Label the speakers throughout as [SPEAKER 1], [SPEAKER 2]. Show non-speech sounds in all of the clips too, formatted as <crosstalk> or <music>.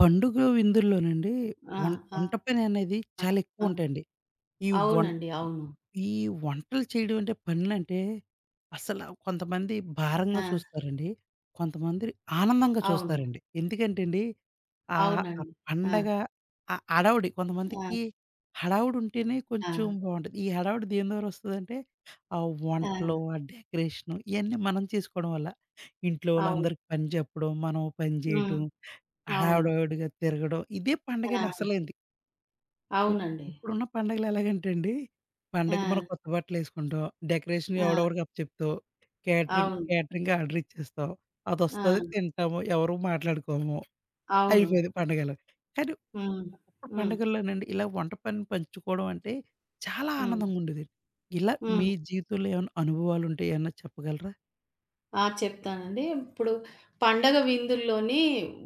[SPEAKER 1] పండుగ విందుల్లోనండి
[SPEAKER 2] ఆ!
[SPEAKER 1] వం
[SPEAKER 2] ఆ!
[SPEAKER 1] వంట పని అనేది
[SPEAKER 2] ఆ!
[SPEAKER 1] చాలా
[SPEAKER 2] ఆ!
[SPEAKER 1] ఎక్కువుంటాయండి. ఈ వం
[SPEAKER 2] అవునండి. అవును.
[SPEAKER 1] ఈ వంటలు చేయడం అంటే పనులంటే అసల కొంతమంది
[SPEAKER 2] ఆ!
[SPEAKER 1] భారంగా చూస్తారండి. కొంతమంది ఆనందంగా
[SPEAKER 2] అవును.
[SPEAKER 1] చూస్తారండి. ఎందుకంటే అండి ఆహ్, ఆ
[SPEAKER 2] అవునండి. ఆ!
[SPEAKER 1] పండగ ఆ హడావుడి
[SPEAKER 2] ఆ!
[SPEAKER 1] హడావుడి ఉంటేనే
[SPEAKER 2] ఆ!
[SPEAKER 1] కొంచెం బావుంటది. ఈ హడావుడి దేని ద్వారా వస్తదంటే ఆ
[SPEAKER 2] ఆ!
[SPEAKER 1] వంటలు, ఆ డెకరేషను ఇయన్నీ మనం చేసుకోవడం వల్ల. ఇంట్లో
[SPEAKER 2] అవును.
[SPEAKER 1] వాళ్ళందరికి పని చెప్పడం, మనం ఓ పని
[SPEAKER 2] హ్మ్.
[SPEAKER 1] చేయటం.
[SPEAKER 2] అవును.
[SPEAKER 1] హడావుడిగా తిరగడం. ఇదే పండగండి
[SPEAKER 2] ఆ!
[SPEAKER 1] అసలైంది. ఇప్
[SPEAKER 2] అవునండి.
[SPEAKER 1] ఇప్పుడున్న పండగలు ఎలాగంటే అండి,
[SPEAKER 2] ఆ!
[SPEAKER 1] పండగకి మనం కొత్త బట్టలేసుకుంటాం. డెకరేషన్
[SPEAKER 2] ఆ!
[SPEAKER 1] ఎవడో ఒకడికి అప్పచెప్తాం. క్యాటరింగ్
[SPEAKER 2] అవును.
[SPEAKER 1] క్యాటరింగ్ ఆర్డర్ ఇచ్చేస్తాం.
[SPEAKER 2] ఆ!
[SPEAKER 1] అదొస్తది తింటాము. ఎవరు మాట్లాడుకోము.
[SPEAKER 2] అవును.
[SPEAKER 1] అయిపోయింది పండగలు. కానీ
[SPEAKER 2] హ్మ్.
[SPEAKER 1] ఒకప్పుడు
[SPEAKER 2] హ్మ్.
[SPEAKER 1] పండగల్లోనండి ఇలా వంట పనిని పంచుకోవడం అంటే చాలా
[SPEAKER 2] హ్మ్.
[SPEAKER 1] ఆనందంగా ఉండేదండి. ఇలా మీ
[SPEAKER 2] హ్మ్.
[SPEAKER 1] జీవితంలో ఏమైనా అనుభవాలుంటే ఏమన్నా చెప్పగలరా?
[SPEAKER 2] ఆ! చెప్తానండి. ఇప్పుడు పండగ విందుల్లోని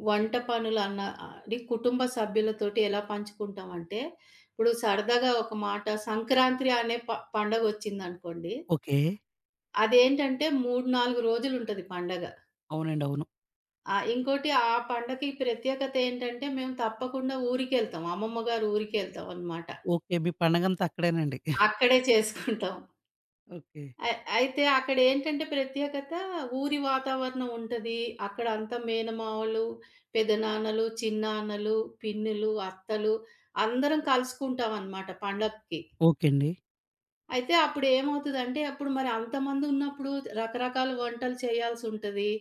[SPEAKER 2] వంట పనులన్న అది కుటుంబ సభ్యులతోటి ఎలా పంచుకుంటామంటే, ఇప్పుడు సరదాగా ఒక మాట సంక్రాంతి అనే పండగొచ్చిందనుకోండి.
[SPEAKER 1] ఓకే.
[SPEAKER 2] అదేంటంటే 3, 4 రోజులుంటది పండగ.
[SPEAKER 1] అవునండి. అవును.
[SPEAKER 2] ఇంకోటి ఆ పండగకి ప్రత్యేకత ఏంటంటే, మేము తప్పకుండా ఊరికెళ్తాం. అమ్మమ్మ గారి ఊరికెళ్తాం అనమాట.
[SPEAKER 1] ఓకే. మీ పండగంతా అక్కడేనండి.
[SPEAKER 2] అక్కడే చేసుకుంటాం.
[SPEAKER 1] ఓకే.
[SPEAKER 2] అ అయితే అక్కడేంటంటే ప్రత్యేకత ఊరి వాతావరణం ఉంటది. అక్కడ అంతా మేనమామలు, పెదనాన్నలు, చిన్నాన్నలు, పిన్నులు, అత్తలు అందరం కలుసుకుంటామనమాట పండక్కి.
[SPEAKER 1] ఓకే అండి.
[SPEAKER 2] అయితే అప్పుడేమవుతదంటే, అప్పుడు మరి అంతమందున్నప్పుడు రకరకాల వంటలు చేయాల్సుంటది.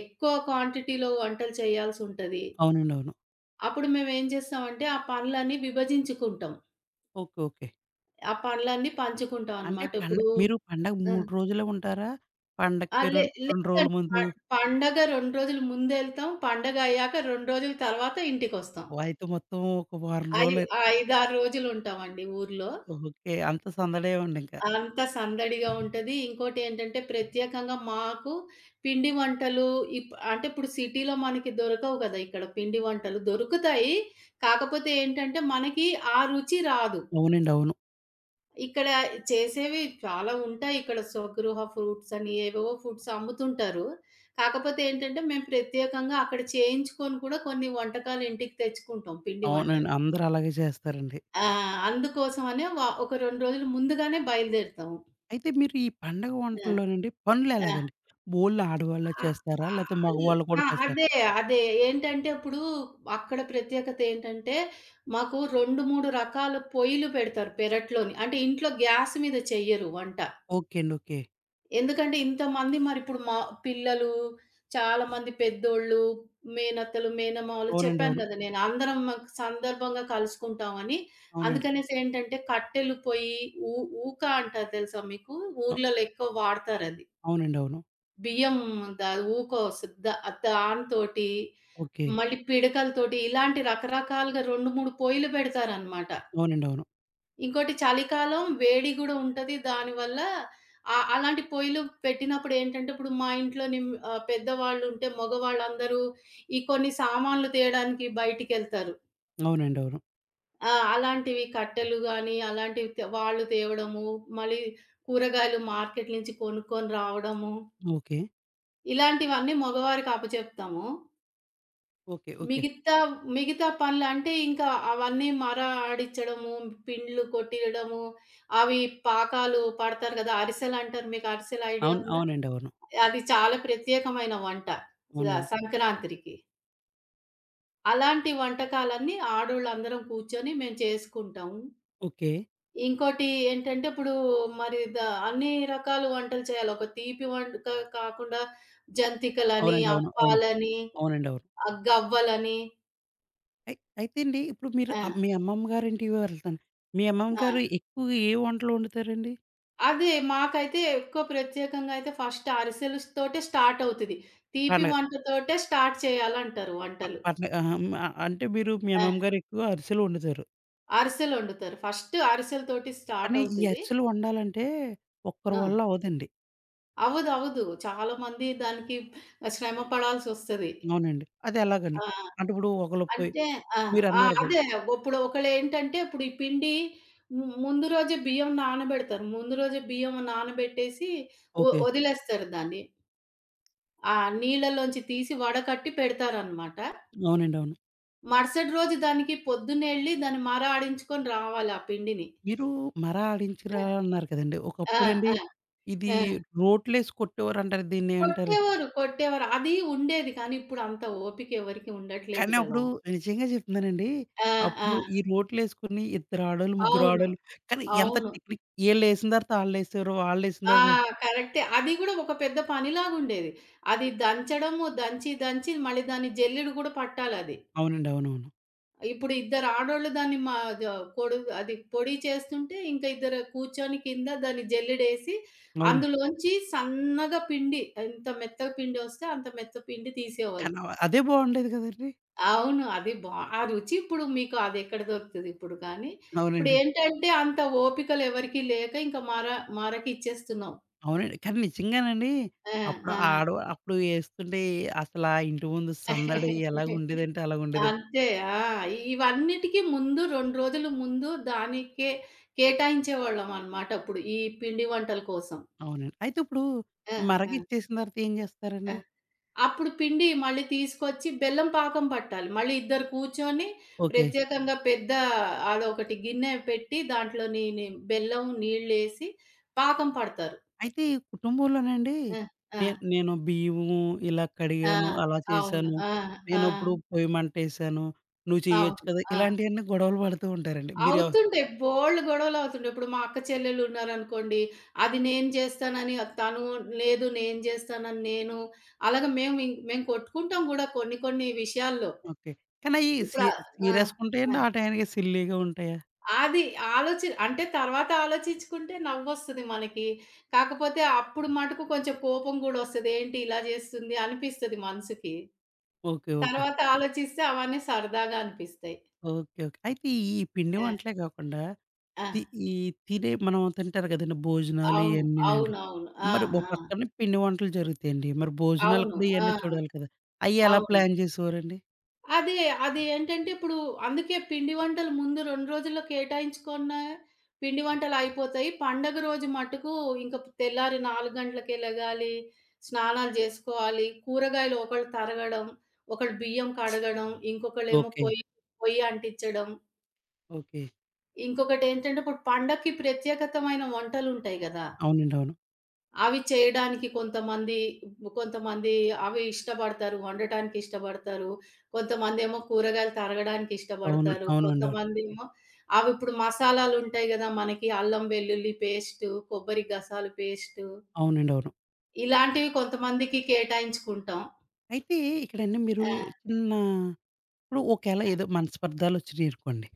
[SPEAKER 2] ఎక్కువ క్వాంటిటీలో వంటలు చేయాల్సుంటది.
[SPEAKER 1] అవునండి. అవును.
[SPEAKER 2] అప్పుడు మేమేం జేస్తామంటే, ఆ పనులన్నీ విభజించుకుంటాం.
[SPEAKER 1] ఓకే. ఓకే.
[SPEAKER 2] ఆ పనులన్నీ పంచుకుంటాం
[SPEAKER 1] అంటే
[SPEAKER 2] అన్నమాట. ఇప్పుడు
[SPEAKER 1] మీరు పండగ
[SPEAKER 2] ఆ!
[SPEAKER 1] 3 రోజులే ఉంటారా?
[SPEAKER 2] ఆ!
[SPEAKER 1] పండక్కి రొ
[SPEAKER 2] లే
[SPEAKER 1] 2 రోజుల
[SPEAKER 2] లేదండి.
[SPEAKER 1] ముందు.
[SPEAKER 2] పండగ 2 రోజులు ముందెళ్తాం. పండగయ్యాక 2 రోజుల తర్వాత ఇంటికొస్తాం.
[SPEAKER 1] ఓహ్! అయితే మొత్తం ఒక వారం
[SPEAKER 2] ఐ
[SPEAKER 1] రోజులు.
[SPEAKER 2] 5, 6 రోజులుంటామండి ఊర్లో.
[SPEAKER 1] ఓకే. అంత సందడే ఉండింకా.
[SPEAKER 2] అంత సందడిగా ఉంటది. ఇంకోటేంటంటే ప్రత్యేకంగా మాకు పిండి వంటలు అంటే ఇప్పుడు సిటీలో మనకి దొరకవు గదా! ఇక్కడ పిండి వంటలు దొరుకుతాయి. కాకపోతే ఏంటంటే మనకి ఆ రుచి రాదు.
[SPEAKER 1] అవునండి. అవును.
[SPEAKER 2] ఇక్కడ చేసేవి చాలా ఉంటాయి. ఇక్కడ స్వగృహ ఫ్రూట్స్ అని ఏవేవో ఫుడ్స్ అమ్ముతుంటారు. కాకపోతే ఏంటంటే మేము ప్రత్యేకంగా అక్కడ చేయించుకొని కూడా కొన్ని వంటకాలు ఇంటికి తెచ్చుకుంటాం పిండి వంటలు.
[SPEAKER 1] అవునండి. అందరూ అలాగే చేస్తారండి.
[SPEAKER 2] ఆ! అందుకోసమనే ఒక 2 రోజులు ముందుగానే బయలుదేరుతాము.
[SPEAKER 1] అయితే మీరు ఈ పండగ
[SPEAKER 2] ఆ!
[SPEAKER 1] వంటల్లోనండి
[SPEAKER 2] ఆ!
[SPEAKER 1] పనులెలాగండి? ఓన్లీ ఆడవాళ్ళే
[SPEAKER 2] ఆ!
[SPEAKER 1] చేస్తారా?
[SPEAKER 2] ఆహ్,
[SPEAKER 1] లేతే
[SPEAKER 2] అది
[SPEAKER 1] మగవాళ్ళు
[SPEAKER 2] ఆ!
[SPEAKER 1] కూడా చేస్తారా?
[SPEAKER 2] అదే. అదే. ఏంటంటే ఇప్పుడు అక్కడ ప్రత్యేకత ఏంటంటే, మాకు 2, 3 రకాల పొయ్యిలు పెడతారు పెరట్లోని. అంటే ఇంట్లో గ్యాస్ మీద చెయ్యరు వంట.
[SPEAKER 1] ఓకే అండి. ఓకే.
[SPEAKER 2] ఎందుకంటే ఇంతమంది మరిప్పుడు మా పిల్లలు, చాలామంది పెద్దోళ్ళు, మేనత్తలు, మేనమామలు
[SPEAKER 1] అవునండి.
[SPEAKER 2] చెప్పాను
[SPEAKER 1] అవును.
[SPEAKER 2] గదా! నేను అందరం మాకు సందర్భంగా కలుసుకుంటామని.
[SPEAKER 1] అవునండి.
[SPEAKER 2] అందుకనేసి ఏంటంటే కట్టెలు పొయ్యి, ఊ ఊక అంటారు తెలుసా మీకు?
[SPEAKER 1] అవ్
[SPEAKER 2] ఊర్లలో ఎక్కువ వాడతారది.
[SPEAKER 1] అవునండి. అవును.
[SPEAKER 2] బియ్యం ద ఊకో సిద్ద దానితోటి,
[SPEAKER 1] ఓకే.
[SPEAKER 2] మళ్ళీ పిడకలతోటి ఇలాంటి రకరకాలుగా 2, 3 పొయిలు పెడతారనమాట.
[SPEAKER 1] అవునండి. అవును.
[SPEAKER 2] ఇంకోటి చలికాలం వేడి గూడా ఉంటది. దానివల్ల అలాంటి పొయిలు పెట్టినప్పుడు ఏంటంటే, ఇప్పుడు మా ఇంట్లో పెద్దవాళ్ళుంటే మగవాళ్ళందరూ ఈ కొన్ని సామాన్లు తేడానికి బయటికెళ్తారు.
[SPEAKER 1] అవునండి. అవును.
[SPEAKER 2] ఆ! అలాంటివి కట్టెలు గానీ, అలాంటివి వాళ్ళు తేవడము, మళ్ళీ కూరగాయలు మార్కెట్ నుంచి కొనుక్కొని రావడము,
[SPEAKER 1] ఓకే.
[SPEAKER 2] ఇలాంటివన్నీ మగవారికి అప్పచెప్తాము.
[SPEAKER 1] ఓకే. ఓకే.
[SPEAKER 2] మిగతా మిగతా పనులు అంటే ఇంకా అవన్నీ ఆడించడము, పిండ్లు కొట్టియడము, అవి పాకాలు పడతారు కదా! అరిసెలంటారు. మీకు అరిసెల ఐడియా
[SPEAKER 1] అవును.
[SPEAKER 2] ఉందా?
[SPEAKER 1] అవునండి. అవును.
[SPEAKER 2] అది చాలా ప్రత్యేకమైన వంట. స
[SPEAKER 1] అవునండి.
[SPEAKER 2] సంక్రాంతికి. అలాంటి వంటకాలన్నీ ఆడోళ్ళందరం కూర్చొని మేము చేసుకుంటాము.
[SPEAKER 1] ఓకే.
[SPEAKER 2] ఇంకోటి ఏంటంటే, ఇప్పుడు మరి అన్ని రకాల వంటలు చేయాలి. ఒక తీపి వంట కాకుండా జంతికలని,
[SPEAKER 1] అవునండి. అవును. అవును.
[SPEAKER 2] అప్పాలని,
[SPEAKER 1] అవునండి. అవును.
[SPEAKER 2] గవ్వలని.
[SPEAKER 1] అయితే అండి ఇప్పుడు మీరు
[SPEAKER 2] ఆ!
[SPEAKER 1] మీ అమ్మమ్మ గారింటికి వెళ్తాను. మీ అమ్మమ్మ
[SPEAKER 2] ఆ!
[SPEAKER 1] గారు ఎక్కువగా ఏ వంటలు వండుతారండి?
[SPEAKER 2] అదే. మాకైతే ఎక్కువ ప్రత్యేకంగా అయితే ఫస్ట్ అరిసెలుస్ తోటే స్టార్ట్ అవుతది. తీపి
[SPEAKER 1] పండగ.
[SPEAKER 2] వంటతోటే స్టార్ట్ చేయాలంటారు వంటలు.
[SPEAKER 1] పండగ ఆహా! హ్మ్. ఆహ్, అంటే మీరు మీ
[SPEAKER 2] ఆ!
[SPEAKER 1] అమ్మమ్మ గారు ఎక్కువ అరిసెలు వండుతారు.
[SPEAKER 2] అరిసెలొండుతారు. ఫస్ట్ అరిసెలతోటి స్టార్ట్
[SPEAKER 1] కానీ ఈ
[SPEAKER 2] అవుతది.
[SPEAKER 1] అరిసెలు వండాలంటే ఒక్కరి
[SPEAKER 2] ఆ!
[SPEAKER 1] వల్ల అవ్వదండి.
[SPEAKER 2] అవ్వదు. అవ్వదు. చాలా మంది దానికి శ్రమ పడాల్సొస్తది.
[SPEAKER 1] అవునండి. అది
[SPEAKER 2] ఆ!
[SPEAKER 1] ఎలాగండి? అంటే ఇప్పుడు ఒకళ్ళు పోయి
[SPEAKER 2] అంటే ఆ! ఆ!
[SPEAKER 1] మీరన్నారు కూడా.
[SPEAKER 2] అదే. ఇప్పుడు ఒకళ్ళేంటంటే ఇప్పుడు ఈ పిండి ముందు రోజే బియ్యం నానబెడతారు. ముందు రోజే బియ్యం నానబెట్టేసి
[SPEAKER 1] ఓకే.
[SPEAKER 2] వదిలేస్తారు దాన్ని. ఆ నీళ్ళలోంచి తీసి వడకట్టి పెడతారనమాట.
[SPEAKER 1] అవునండి. అవును.
[SPEAKER 2] మరుసటి రోజు దానికి పొద్దున్నే ఎళ్లి దాన్ని మర ఆడించుకొని రావాలి ఆ పిండిని.
[SPEAKER 1] మీరు మర ఆడించిరా అన్నారు కదండీ!
[SPEAKER 2] ఆ!
[SPEAKER 1] ఒకప్పుడండి
[SPEAKER 2] ఆ! ఆ!
[SPEAKER 1] ఇది
[SPEAKER 2] ఆ!
[SPEAKER 1] రోట్లేసి కొట్టేవారంటారు. దీన్నేమంటారు?
[SPEAKER 2] కొట్టేవారు. కొట్టేవారు. అది ఉండేది. కానీ ఇప్పుడు అంత ఓపిక ఎవరికీ ఉండట్లేదు
[SPEAKER 1] కానీ
[SPEAKER 2] కదా!
[SPEAKER 1] అప్పుడు నిజంగా చెప్తున్నానండి.
[SPEAKER 2] ఆ!
[SPEAKER 1] అప్పుడు ఈ
[SPEAKER 2] ఆ!
[SPEAKER 1] రోట్లేసుకుని ఇద్దరు ఆడోళ్ళు, ముగ్గురు
[SPEAKER 2] అవును.
[SPEAKER 1] ఆడోళ్ళు కానీ ఎంత
[SPEAKER 2] అవును.
[SPEAKER 1] టెక్నిక్! ఈళ్ళేసిన తర్వాత ఆళ్ళేసారు, ఆళ్ళేసిన
[SPEAKER 2] ఆ!
[SPEAKER 1] తర్వాత
[SPEAKER 2] కరెక్టే. అది కూడా ఒక పెద్ద పనిలాగుండేది. అది దంచడము, దంచి దంచి మళ్ళీ దాన్ని జల్లెడ కూడా పట్టాలది.
[SPEAKER 1] అవునండి. అవునవును.
[SPEAKER 2] ఇప్పుడు ఇద్దరు ఆడోళ్ళు దాన్ని మా జ పొడు అది పొడి చేస్తుంటే, ఇంకా ఇద్దరు కూర్చొని కింద దాన్ని జల్లెడేసి,
[SPEAKER 1] అవును.
[SPEAKER 2] అందులోంచి సన్నగా పిండి ఎంత మెత్తగా పిండొస్తే అంత మెత్త పిండి తీసేవాళ్ళు.
[SPEAKER 1] కానీ అదే బాగుండేది కదండీ!
[SPEAKER 2] అవును. అది బా ఆ రుచి ఇప్పుడు మీకు అదెక్కడ దొరుకుతదిప్పుడు కానీ,
[SPEAKER 1] అవునండి.
[SPEAKER 2] ఇప్పుడేంటంటే అంత ఓపికలెవరికీ లేక ఇంక మరకిచ్చేస్తున్నాం.
[SPEAKER 1] అవునండి. కానీ నిజంగానండి
[SPEAKER 2] ఆ!
[SPEAKER 1] అప్పుడు
[SPEAKER 2] ఆ!
[SPEAKER 1] ఆ ఆడ అప్పుడు ఏస్తుంటే అసలా ఇంటి ముందు సందడి ఎలాగుండేదంటే అలాగుండేది.
[SPEAKER 2] అంతే. ఆ! ఇవన్నిటికి ముందు 2 రోజులు ముందు దానికే కేటాయించేవాళ్ళమనమాట అప్పుడు. ఈ పిండి వంటల కోసం.
[SPEAKER 1] అవునండి. అయితే ఇప్పుడు
[SPEAKER 2] ఆ! ఆ!
[SPEAKER 1] మరగిచ్చేసిన తర్వాత ఏం
[SPEAKER 2] ఆ!
[SPEAKER 1] చేస్తారండి?
[SPEAKER 2] అప్పుడు పిండి మళ్ళీ తీసుకొచ్చి బెల్లం పాకం పట్టాలి. మళ్ళీ ఇద్దరు కూర్చొని
[SPEAKER 1] ఓకే.
[SPEAKER 2] ప్రత్యేకంగా పెద్ద అదొకటి గిన్నె పెట్టి దాంట్లోని ని బెల్లం, నీళ్ళేసి పాకం పడతారు.
[SPEAKER 1] అయితే ఈ కుటుంబంలోనండి
[SPEAKER 2] ఆ! ఆ!
[SPEAKER 1] నేను నేను బియ్యము ఇలా
[SPEAKER 2] ఆ!
[SPEAKER 1] కడిగాను, అలా
[SPEAKER 2] అవును.
[SPEAKER 1] చేశాను,
[SPEAKER 2] ఆ! ఆ!
[SPEAKER 1] నేనిప్పుడు పొయ్యి మంటేశాను, నువ్వు చెయ్యొచ్చు
[SPEAKER 2] అవును.
[SPEAKER 1] కదా!
[SPEAKER 2] ఆ!
[SPEAKER 1] ఇలాంటియన్నీ గొడవలు పడుతూ ఉంటారండి. మీరెవ.
[SPEAKER 2] అవుతుంటాయి. బోలెడు గొడవలవుతుంటాయి. ఇప్పుడు మా అక్క చెల్లెలున్నారనుకోండి, అది నేను జేస్తానని తను లేదు నేను జేస్తానని నేను, అలాగే మేము మేము కొట్టుకుంటాం గూడా కొన్ని కొన్ని విషయాల్లో.
[SPEAKER 1] ఓకే. కానీ సీ
[SPEAKER 2] ఇప్పుడు ఆహ్, ఆ!
[SPEAKER 1] సీరియస్‌గా
[SPEAKER 2] ఆ!
[SPEAKER 1] ఉంటాయండి? ఆ టయానికి సిల్లీగా ఉంటాయా?
[SPEAKER 2] అది అంటే తర్వాత ఆలోచించుకుంటే నవ్వొస్తది మనకి. కాకపోతే అప్పుడు మటుకు కొంచెం కోపం గూడొస్తది. ఏంటి ఇలా జేస్తుంది అనిపిస్తది మనసుకి.
[SPEAKER 1] ఓకే. ఓకే.
[SPEAKER 2] తర్వాత ఆలోచిస్తే అవన్నీ సరదాగా అనిపిస్తాయి.
[SPEAKER 1] ఓకే. ఓకే. అయితే ఈ పిండి
[SPEAKER 2] ఆ!
[SPEAKER 1] వంటలే కాకుండా
[SPEAKER 2] ఆ!
[SPEAKER 1] తి ఈ తినే మనం తింటారు కదండీ భోజనాలు
[SPEAKER 2] అవును.
[SPEAKER 1] ఇయన్నీనండి.
[SPEAKER 2] అవునవును. ఆ!
[SPEAKER 1] మరి ఓ
[SPEAKER 2] ఆ!
[SPEAKER 1] పక్కన పిండి వంటలు జరుగుతాయండి. మరి భోజనాలు
[SPEAKER 2] అవును.
[SPEAKER 1] కూడా
[SPEAKER 2] ఆ!
[SPEAKER 1] ఇయన్నీ చూడాలి కదా! అయ్యెలా
[SPEAKER 2] అవును.
[SPEAKER 1] ప్లాన్ చేసేవారండి?
[SPEAKER 2] అదే. అది ఏంటంటే ఇప్పుడు అందుకే పిండి వంటలు ముందు 2 రోజుల్లో కేటాయించుకున్న పిండి వంటలయిపోతాయి. పండగ రోజు మటుకు ఇంక తెల్లారి 4 గంటలకే లెగాలి, స్నానాలు జేసుకోవాలి, కూరగాయలు ఒకళ్ళు తరగడం, ఒకళ్ళు బియ్యం కడగడం, ఇంకొకళ్ళేమో
[SPEAKER 1] ఓకే.
[SPEAKER 2] పొయ్యి పొయ్యి అంటించడం.
[SPEAKER 1] ఓకే.
[SPEAKER 2] ఇంకొకటేంటంటే ఇప్పుడు పండక్కి ప్రత్యేకతమైన వంటలుంటాయి గదా!
[SPEAKER 1] అవునండి. అవును.
[SPEAKER 2] అవి చేయడానికి కొంతమంది కొంతమంది అవి ఇష్టపడతారు. వండటానికి ఇష్టపడతారు. కొంతమందేమో కూరగాయలు తరగడానికి
[SPEAKER 1] అవును.
[SPEAKER 2] ఇష్టపడతారు.
[SPEAKER 1] అవునండి. అవును.
[SPEAKER 2] కొంతమందేమో అవిప్పుడు మసాలాలుంటాయి గదా! మనకి అల్లం, వెల్లుల్లి పేస్టు, కొబ్బరి గసాలు పేస్టు
[SPEAKER 1] అవునండి. అవును.
[SPEAKER 2] ఇలాంటివి కొంతమందికి కేటాయించుకుంటాం.
[SPEAKER 1] అయితే ఇక్కడండి మీరు
[SPEAKER 2] ఆ!
[SPEAKER 1] చిన్న ఇప్పుడు ఒకేళ ఏదో మనస్పర్ధలొచ్చినియనుకోండి.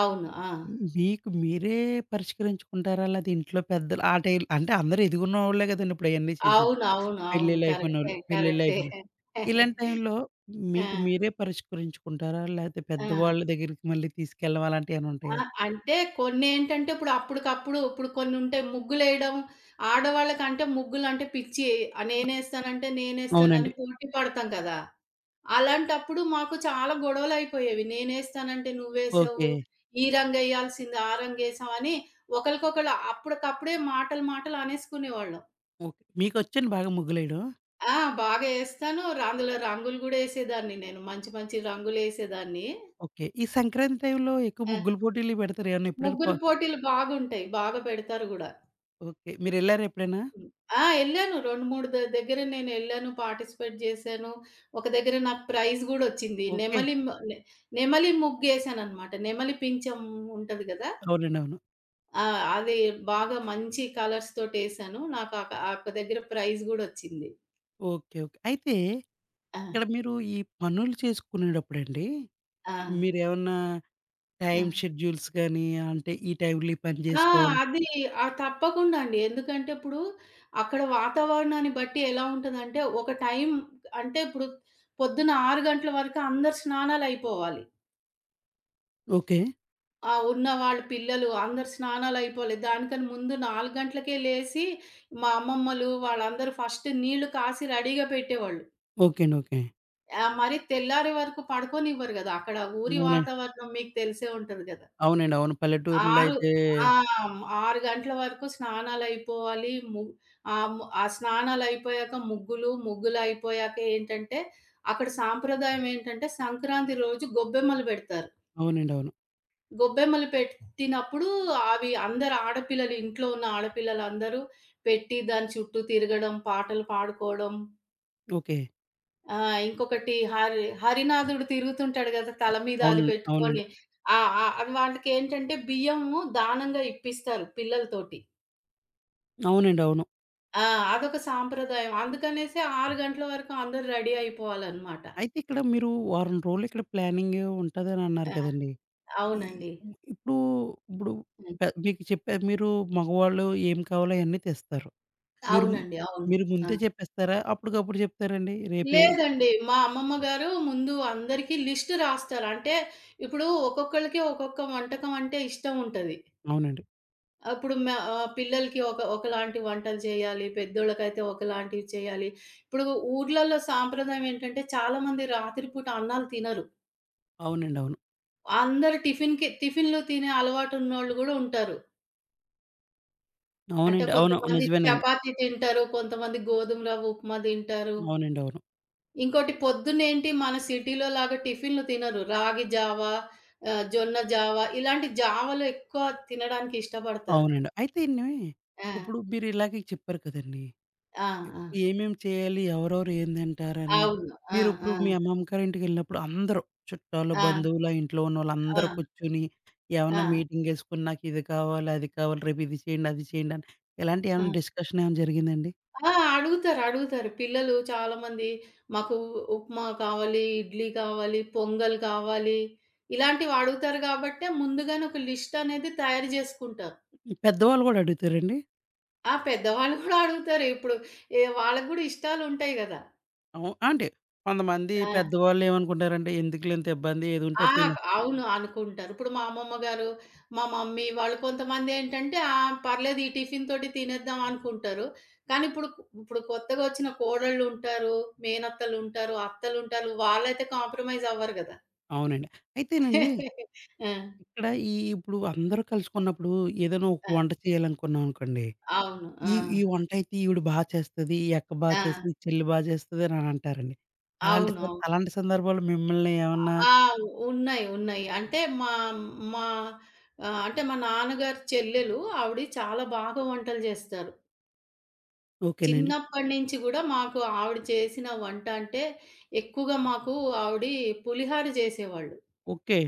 [SPEAKER 2] అవును. ఆ!
[SPEAKER 1] మీకు మీరే పరిష్కరించుకుంటారా? లేతే ఇంట్లో పెద్దలు ఆ టైం అంటే అందరూ ఎదుగున్నోళ్ళే గదండీ ఇప్పుడయన్నీ చేసేది.
[SPEAKER 2] అవును. అవును. అవును.
[SPEAKER 1] పెళ్ళిళ్ళయిపోయినోళ్ళు,
[SPEAKER 2] కరెక్టే. కరెక్టే.
[SPEAKER 1] పెళ్ళిళ్ళయిపోయిన ఇలాంటి
[SPEAKER 2] <laughs>
[SPEAKER 1] టైంలో
[SPEAKER 2] ఆ!
[SPEAKER 1] మీకు మీరే పరిష్కరించుకుంటారా? లేతే
[SPEAKER 2] ఆ!
[SPEAKER 1] పెద్దవాళ్ళ దగ్గరికి మళ్ళీ తీసుకెళ్ళడం అలాంటియేమైనా
[SPEAKER 2] ఆ!
[SPEAKER 1] ఉంటాయా?
[SPEAKER 2] అంటే కొన్నేంటంటే ఇప్పుడు అప్పటికప్పుడు ఇప్పుడు కొన్నుంటాయి ముగ్గులేయడం. ఆడవాళ్ళకంటే ముగ్గులంటే పిచ్చి.
[SPEAKER 1] అ
[SPEAKER 2] నేనేస్తానంటే నేనేస్తానని
[SPEAKER 1] అవునండి.
[SPEAKER 2] పోటీ పడతాం కదా! అలాంటప్పుడు మాకు చాలా గొడవలయిపోయేవి. నేనేస్తానంటే
[SPEAKER 1] ఓకే.
[SPEAKER 2] నువ్వేసావు. ఈ రంగేయాల్సింది ఆ రంగేసావని ఒకళ్ళకొకళ్ళు అప్పటికప్పుడే మాటలు మాటలు అనేసుకునేవాళ్ళం.
[SPEAKER 1] ఓకే. మీకొచ్చండి బాగా ముగ్గులేయడం?
[SPEAKER 2] ఆ! బాగా ఏస్తాను. అందులో రంగులు గూడా ఏసేదాన్ని నేను. మంచి మంచి రంగులేసేదాన్ని.
[SPEAKER 1] ఓకే. ఈ సంక్రాంతి టైంలో ఎక్కువ
[SPEAKER 2] ఆ!
[SPEAKER 1] ముగ్గుల పోటీలు పెడతారు. ఏమన్నా ఎప్పుడైనా
[SPEAKER 2] ముగ్గురు
[SPEAKER 1] పా.
[SPEAKER 2] పోటీలు బాగుంటాయి. బాగా పెడతారు గూడా.
[SPEAKER 1] ఓకే. మీరెళ్లారా ఎప్పుడైనా?
[SPEAKER 2] హ్మ్. ఆ! ఎళ్ళాను. 2, 3 దగ్గర నేనెళ్ళాను, పార్టిసిపేట్ జేశాను. ఒక దగ్గర నాకు ప్రైజ్ గూడొచ్చింది.
[SPEAKER 1] ఓకే.
[SPEAKER 2] నెమలి మ నె నెమలి ముగ్గేశాననమాట. నెమలి పించం ఉంటది గదా!
[SPEAKER 1] అవునండి. అవును.
[SPEAKER 2] ఆ! అది బాగా మంచి కలర్స్ తోటేశాను. నాకు ఆక ఆ ఒక్క దగ్గర ప్రైజ్ గూడొచ్చింది.
[SPEAKER 1] ఓకే. ఓకే. అయితే
[SPEAKER 2] ఆ!
[SPEAKER 1] ఇక్కడ మీరు ఈ పనులు చేసుకునేటప్పుడండి,
[SPEAKER 2] ఆ!
[SPEAKER 1] మీరేమన్నా
[SPEAKER 2] ఆ!
[SPEAKER 1] టైమ్ షెడ్యూల్స్ గానీ, అంటే ఈ టైంలో ఈ పని
[SPEAKER 2] ఆ!
[SPEAKER 1] జేసుకోవాలి.
[SPEAKER 2] అది ఆ! తప్పకుండా అండి. ఎందుకంటే, ఇప్పుడు అక్కడ వాతావరణాన్ని బట్టి ఎలా ఉంటదంటే, ఒక టైం అంటే ఇప్పుడు పొద్దున 6 గంటల వరకు అందరి స్నానాలయిపోవాలి.
[SPEAKER 1] ఓకే.
[SPEAKER 2] ఆ! ఉన్న వాళ్ళు పిల్లలు అందరు స్నానాలయిపోలే. దానికని ముందు 4 గంటలకే లేసి, మా అమ్మమ్మలు వాళ్ళందరూ ఫస్ట్ నీళ్లు కాసి రెడీగా పెట్టేవాళ్ళు.
[SPEAKER 1] ఓకే అండి. ఓకే.
[SPEAKER 2] మరి తెల్లారే వరకు పడుకోనివ్వరు గదా! అక్కడ ఊరి
[SPEAKER 1] అవునా
[SPEAKER 2] వాతావరణం మీకు తెలిసే ఉంటది గదా!
[SPEAKER 1] అవునండి. అవును. పల్లెటూరులో
[SPEAKER 2] 6
[SPEAKER 1] అయితే
[SPEAKER 2] ఆ! 6 గంటల వరకు స్నానాలయిపోవాలి. ము ఆహ్, ము ఆ స్నానాలయిపోయాక ముగ్గులు, ముగ్గులయిపోయాక ఏంటంటే, అక్కడ సాంప్రదాయం ఏంటంటే, సంక్రాంతి రోజు గొబ్బెమ్మలు బెడతారు.
[SPEAKER 1] అవునండి. అవును.
[SPEAKER 2] గొబ్బెమ్మలు పెట్టినప్పుడు అందరు ఆడపిల్లలు ఇంట్లో ఉన్న ఆడపిల్లలందరూ పెట్టి దాని చుట్టూ తిరగడం, పాటలు పాడుకోవడం.
[SPEAKER 1] ఓకే.
[SPEAKER 2] ఇంకొకటి హరినాథుడు తిరుగుతుంటాడు గదా! తల మీద అది
[SPEAKER 1] అవును. అవునండి.
[SPEAKER 2] పెట్టుకొని. ఆ! ఆ! అవి వాళ్ళకేంటంటే బియ్యము దానంగా ఇప్పిస్తారు పిల్లలతోటి.
[SPEAKER 1] అవునండి. అవును.
[SPEAKER 2] ఆ! అదొక సాంప్రదాయం. అందుకనేసి 6 గంటల వరకు అందరూ రెడీ అయిపోవాలనమాట.
[SPEAKER 1] అయితే ఇక్కడ మీరు వారం రోజులు ఇక్కడ ప్లానింగ్ ఉంటదని అన్నారు
[SPEAKER 2] ఆ!
[SPEAKER 1] కదండీ! ఈ
[SPEAKER 2] అవునండి.
[SPEAKER 1] ఇప్పుడు ఇప్పుడు
[SPEAKER 2] హ్మ్.
[SPEAKER 1] మీకు చెప్పారు మీరు మగవాళ్ళు ఏం కావాలో అయన్నీ తెస్తారు. మీరు ము
[SPEAKER 2] అవునండి. అవును.
[SPEAKER 1] మీరు
[SPEAKER 2] ఆ!
[SPEAKER 1] ముందే చెప్పేస్తారా? అప్పటికప్పుడు చెప్తారండి? రేపే
[SPEAKER 2] లేదండి. మా అమ్మమ్మ గారు ముందు అందరికి లిస్ట్ రాస్తారు. అంటే ఇప్పుడు ఒక్కొక్కళ్ళకి ఒక్కొక్క వంటకం అంటే ఇష్టం ఉంటది.
[SPEAKER 1] అవునండి.
[SPEAKER 2] అప్పుడు మ పిల్లలకి ఒక ఒకలాంటి వంటలు చేయాలి. పెద్దోళ్ళకైతే ఒకలాంటివి చేయాలి. ఇప్పుడు ఊర్లలో సాంప్రదాయం ఏంటంటే చాలామంది రాత్రి పూట అన్నాలు తినరు.
[SPEAKER 1] అవునండి. అవును.
[SPEAKER 2] అందరూ టిఫిన్‌కి టిఫిన్‌లు తినే అలవాటు ఉన్నోళ్ళు గూడా ఉంటారు. అంటే
[SPEAKER 1] అవునండి. అవును.
[SPEAKER 2] కొంతమంది
[SPEAKER 1] నిజమేనండి.
[SPEAKER 2] చపాతీ తింటారు. కొంతమంది గోధుమ రవ్వ ఉప్మా తింటారు.
[SPEAKER 1] అవునండి. అవును.
[SPEAKER 2] ఇంకోటి పొద్దునేంటి మన సిటీలో లాగా టిఫిన్‌లు తినరు. రాగి జావా, జొన్న జావా ఇలాంటి జావలు ఎక్కువ తినడానికి ఇష్టపడతారు.
[SPEAKER 1] అవునండి. అయితే అండి,
[SPEAKER 2] ఆ!
[SPEAKER 1] ఇప్పుడు మీరు ఇలాగే చెప్పారు కదండీ!
[SPEAKER 2] ఆ! ఆ!
[SPEAKER 1] ఏమేమి చేయాలి? ఎవరెవరు ఏం తింటారని?
[SPEAKER 2] అవును. ఆ! ఆ!
[SPEAKER 1] మీరిప్పుడు మీ అమ్మమ్మ గారింటికెళ్ళినప్పుడు అందరూ చుట్టాలు,
[SPEAKER 2] ఆ!
[SPEAKER 1] బంధువులు, ఆ ఇంట్లో
[SPEAKER 2] ఆ!
[SPEAKER 1] ఉన్నోళ్ళందరూ కూర్చొని ఏమన్నా
[SPEAKER 2] ఆ!
[SPEAKER 1] మీటింగేసుకొని నాకిది కావాలి, అది కావాలి, రేపు ఇది చేయండి, అది చేయండి అని
[SPEAKER 2] ఆ!
[SPEAKER 1] ఇలాంటియేమన్నా డిస్కషన్ ఏమైనా జరిగిందండి?
[SPEAKER 2] ఆ! అడుగుతారు. అడుగుతారు. పిల్లలు చాలామంది మాకు ఉప్మా కావాలి, ఇడ్లీ కావాలి, పొంగల్ కావాలి ఇలాంటివి అడుగుతారు గాబట్టే ముందుగానే ఒక లిస్ట్ అనేది తయారు జేసుకుంటాం.
[SPEAKER 1] పెద్దవాళ్ళు గూడా అడుగుతారండి?
[SPEAKER 2] ఆ! పెద్దవాళ్ళు గూడా అడుగుతారు. ఇప్పుడు ఏ వాళ్ళకి గూడా ఇష్టాలుంటాయి గదా!
[SPEAKER 1] అంటే కొంతమంది
[SPEAKER 2] ఆ!
[SPEAKER 1] పెద్దవాళ్ళేమనుకుంటారంటే ఎందుకులెంత ఇబ్బంది ఏదుంటే
[SPEAKER 2] ఆ!
[SPEAKER 1] అది తిను.
[SPEAKER 2] అవును. అనుకుంటారు. ఇప్పుడు మా అమ్మమ్మ గారు, మా మమ్మీ వాళ్ళు కొంతమందేంటంటే ఆ! పర్లేదు ఈ టిఫిన్ తోటి తినేద్దాం అనుకుంటారు. కానీ ఇప్పుడు ఇప్పుడు కొత్తగా వచ్చిన కోడళ్ళుంటారు, మేనత్తలుంటారు, అత్తలుంటారు. వాళ్ళైతే కాంప్రమైజ్ అవ్వరు గదా!
[SPEAKER 1] అవునండి. అయితేనండి
[SPEAKER 2] ఆ!
[SPEAKER 1] ఇక్కడ ఇప్పుడు అందరూ కలుసుకున్నప్పుడు ఏదైనా ఒక
[SPEAKER 2] ఆ!
[SPEAKER 1] వంట చేయాలనుకున్నామనుకోండి.
[SPEAKER 2] అవును. ఆ!
[SPEAKER 1] ఈ ఈ వంటయితే ఈవిడ బా చేస్తది, ఈ అక్క బా
[SPEAKER 2] ఆ!
[SPEAKER 1] చేస్తది, ఈ చెల్లి బా చేస్తది అని అంటారండి.
[SPEAKER 2] అవునవును.
[SPEAKER 1] అలాంటి సందర్భాల్లో మిమ్మల్ని ఏమన్నా.
[SPEAKER 2] ఆ! ఉన్నాయి. ఉన్నాయి. మా అంటే మా నాన్నగారి చెల్లెలు ఆవిడ చాలా బాగా వంటలు చేస్తారు.
[SPEAKER 1] ఓకేనండి.
[SPEAKER 2] చిన్నప్పటి నుంచి గూడా మాకు ఆవిడ చేసిన వంట అంటే, ఎక్కువగా మాకు ఆవిడి పులిహార జేసేవాళ్ళు.
[SPEAKER 1] ఓకే.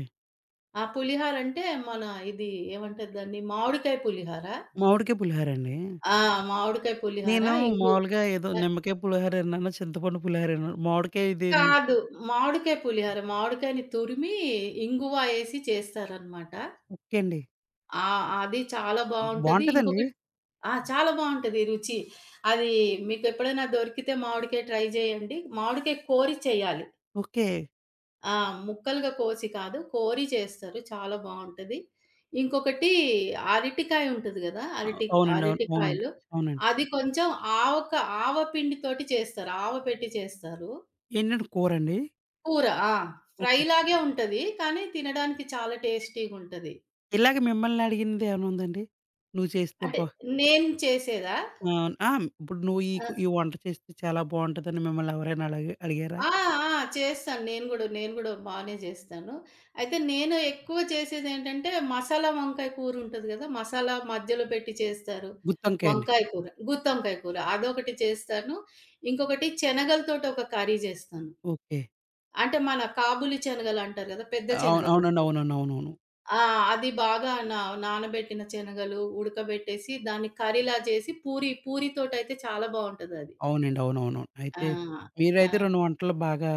[SPEAKER 2] ఆ పులిహార అంటే, మన ఇది ఏమంటారు దాన్ని? మామిడికాయ పులిహార.
[SPEAKER 1] మామిడికాయ పులిహోరండి.
[SPEAKER 2] ఆ! మామిడికాయ పులిహార,
[SPEAKER 1] నేను
[SPEAKER 2] ఇంగు
[SPEAKER 1] మామూలుగా ఏదో
[SPEAKER 2] ఆహ్,
[SPEAKER 1] నిమ్మకాయ పులిహోర అన్నాను, చింతపండు పులిహోర అన్నాను. మామిడికాయ ఇదేమి.
[SPEAKER 2] కాదు. మామిడికాయ పులిహార. మామిడికాయని తురిమి, ఇంగువ ఏసి చేస్తారనమాట.
[SPEAKER 1] ఓకే అండి.
[SPEAKER 2] ఆ! అది చాలా బావుంటది.
[SPEAKER 1] బావుంటదండి.
[SPEAKER 2] ఇంకొకటి ఆ! చాలా బావుంటది రుచి. అది మీకెప్పుడైనా దొరికితే మామిడికాయ ట్రై జేయండి. మామిడికాయ కోరి చేయాలి.
[SPEAKER 1] ఓకే.
[SPEAKER 2] ఆ! ముక్కలుగా కోసి కాదు. కోరి చేస్తారు. చాలా బావుంటది. ఇంకొకటి అరటికాయ ఉంటది గదా!
[SPEAKER 1] అవునండి. అవును. అవునండి.
[SPEAKER 2] అరటికాయలు.
[SPEAKER 1] అవునండి.
[SPEAKER 2] అది కొంచెం ఆవక ఆవ పిండితోటి చేస్తారు. ఆవ పెట్టి చేస్తారు.
[SPEAKER 1] ఏంటంటే కూరండి?
[SPEAKER 2] కూర. ఆ!
[SPEAKER 1] ఓకే.
[SPEAKER 2] ఫ్రైలాగే ఉంటది. కానీ తినడానికి చాలా టేస్టీగుంటది.
[SPEAKER 1] ఇలాగ మిమ్మల్ని అడిగిందేమైనా ఉందండి? నువ్వు చేస్తే
[SPEAKER 2] అంటే
[SPEAKER 1] బా.
[SPEAKER 2] నేను చేసేదా?
[SPEAKER 1] ఆ! ఇప్పుడు నువ్వు
[SPEAKER 2] ఆ!
[SPEAKER 1] ఈ వంట చేస్తే చాలా బావుంటదని మిమ్మల్ని ఎవరైనా అలాగ అడిగారా?
[SPEAKER 2] ఆ! ఆ! చేస్తాను. నేను గూడా, నేను గూడా బానే జేస్తాను. అయితే నేను ఎక్కువ చేసేదేంటంటే, మసాలా వంకాయ కూరుంటది గదా! మసాలా మధ్యలో పెట్టి చేస్తారు.
[SPEAKER 1] గుత్తొంకాయ అండి.
[SPEAKER 2] వంకాయ కూర, గుత్తొంకాయ కూర అదొకటి చేస్తాను. ఇంకొకటి శనగలతోటి ఒక కర్రీ జేస్తాను.
[SPEAKER 1] ఓకే.
[SPEAKER 2] అంటే మన కాబూలి శనగలంటారు గదా! పెద్ద
[SPEAKER 1] అవును. అవునండి.
[SPEAKER 2] శనగలుంటాయి.
[SPEAKER 1] అవునండి. అవునవును.
[SPEAKER 2] ఆ! అది బాగా నానబెట్టిన శనగలు ఉడకబెట్టేసి, దాన్ని కర్రీలా చేసి పూరి పూరితోటయితే చాలా బావుంటదది.
[SPEAKER 1] అవునండి. అవునవునవును.
[SPEAKER 2] ఆ!
[SPEAKER 1] అయితే మీరైతే
[SPEAKER 2] ఆ!
[SPEAKER 1] 2 వంటలు బాగా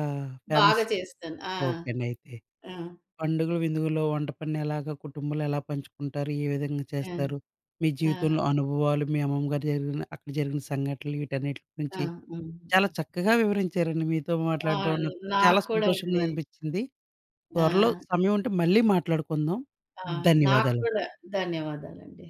[SPEAKER 1] ఫేమస్.
[SPEAKER 2] బాగా చేస్తాను. ఆ!
[SPEAKER 1] ఓకే అండి అయితే.
[SPEAKER 2] ఆ!
[SPEAKER 1] పండుగలు, విందులలో వంట పనిని ఎలాగా కుటుంబంలో ఎలా పంచుకుంటారు? ఏ విధంగా
[SPEAKER 2] ఆ!
[SPEAKER 1] చేస్తారు? మీ
[SPEAKER 2] ఆ!
[SPEAKER 1] జీవితంలో అనుభవాలు, మీ అమ్మమ్మ గారి జరిగిన అక్కడ జరిగిన సంఘటనలు వీటన్నిటి
[SPEAKER 2] ఆ!
[SPEAKER 1] గురించి
[SPEAKER 2] హ్మ్.
[SPEAKER 1] చాలా చక్కగా వివరించారండి. మీతో
[SPEAKER 2] ఆ!
[SPEAKER 1] మాట్లాడడం నాకు చాలా
[SPEAKER 2] నాకు కూడా
[SPEAKER 1] సంతోషంగా
[SPEAKER 2] అండి.
[SPEAKER 1] అనిపించింది. త్వరలో
[SPEAKER 2] ఆ!
[SPEAKER 1] సమయం ఉంటే మళ్ళీ మాట్లాడుకుందాం.
[SPEAKER 2] ఆ! నాకు
[SPEAKER 1] ధన్యవాదాలు.
[SPEAKER 2] కూడా ధన్యవాదాలండి.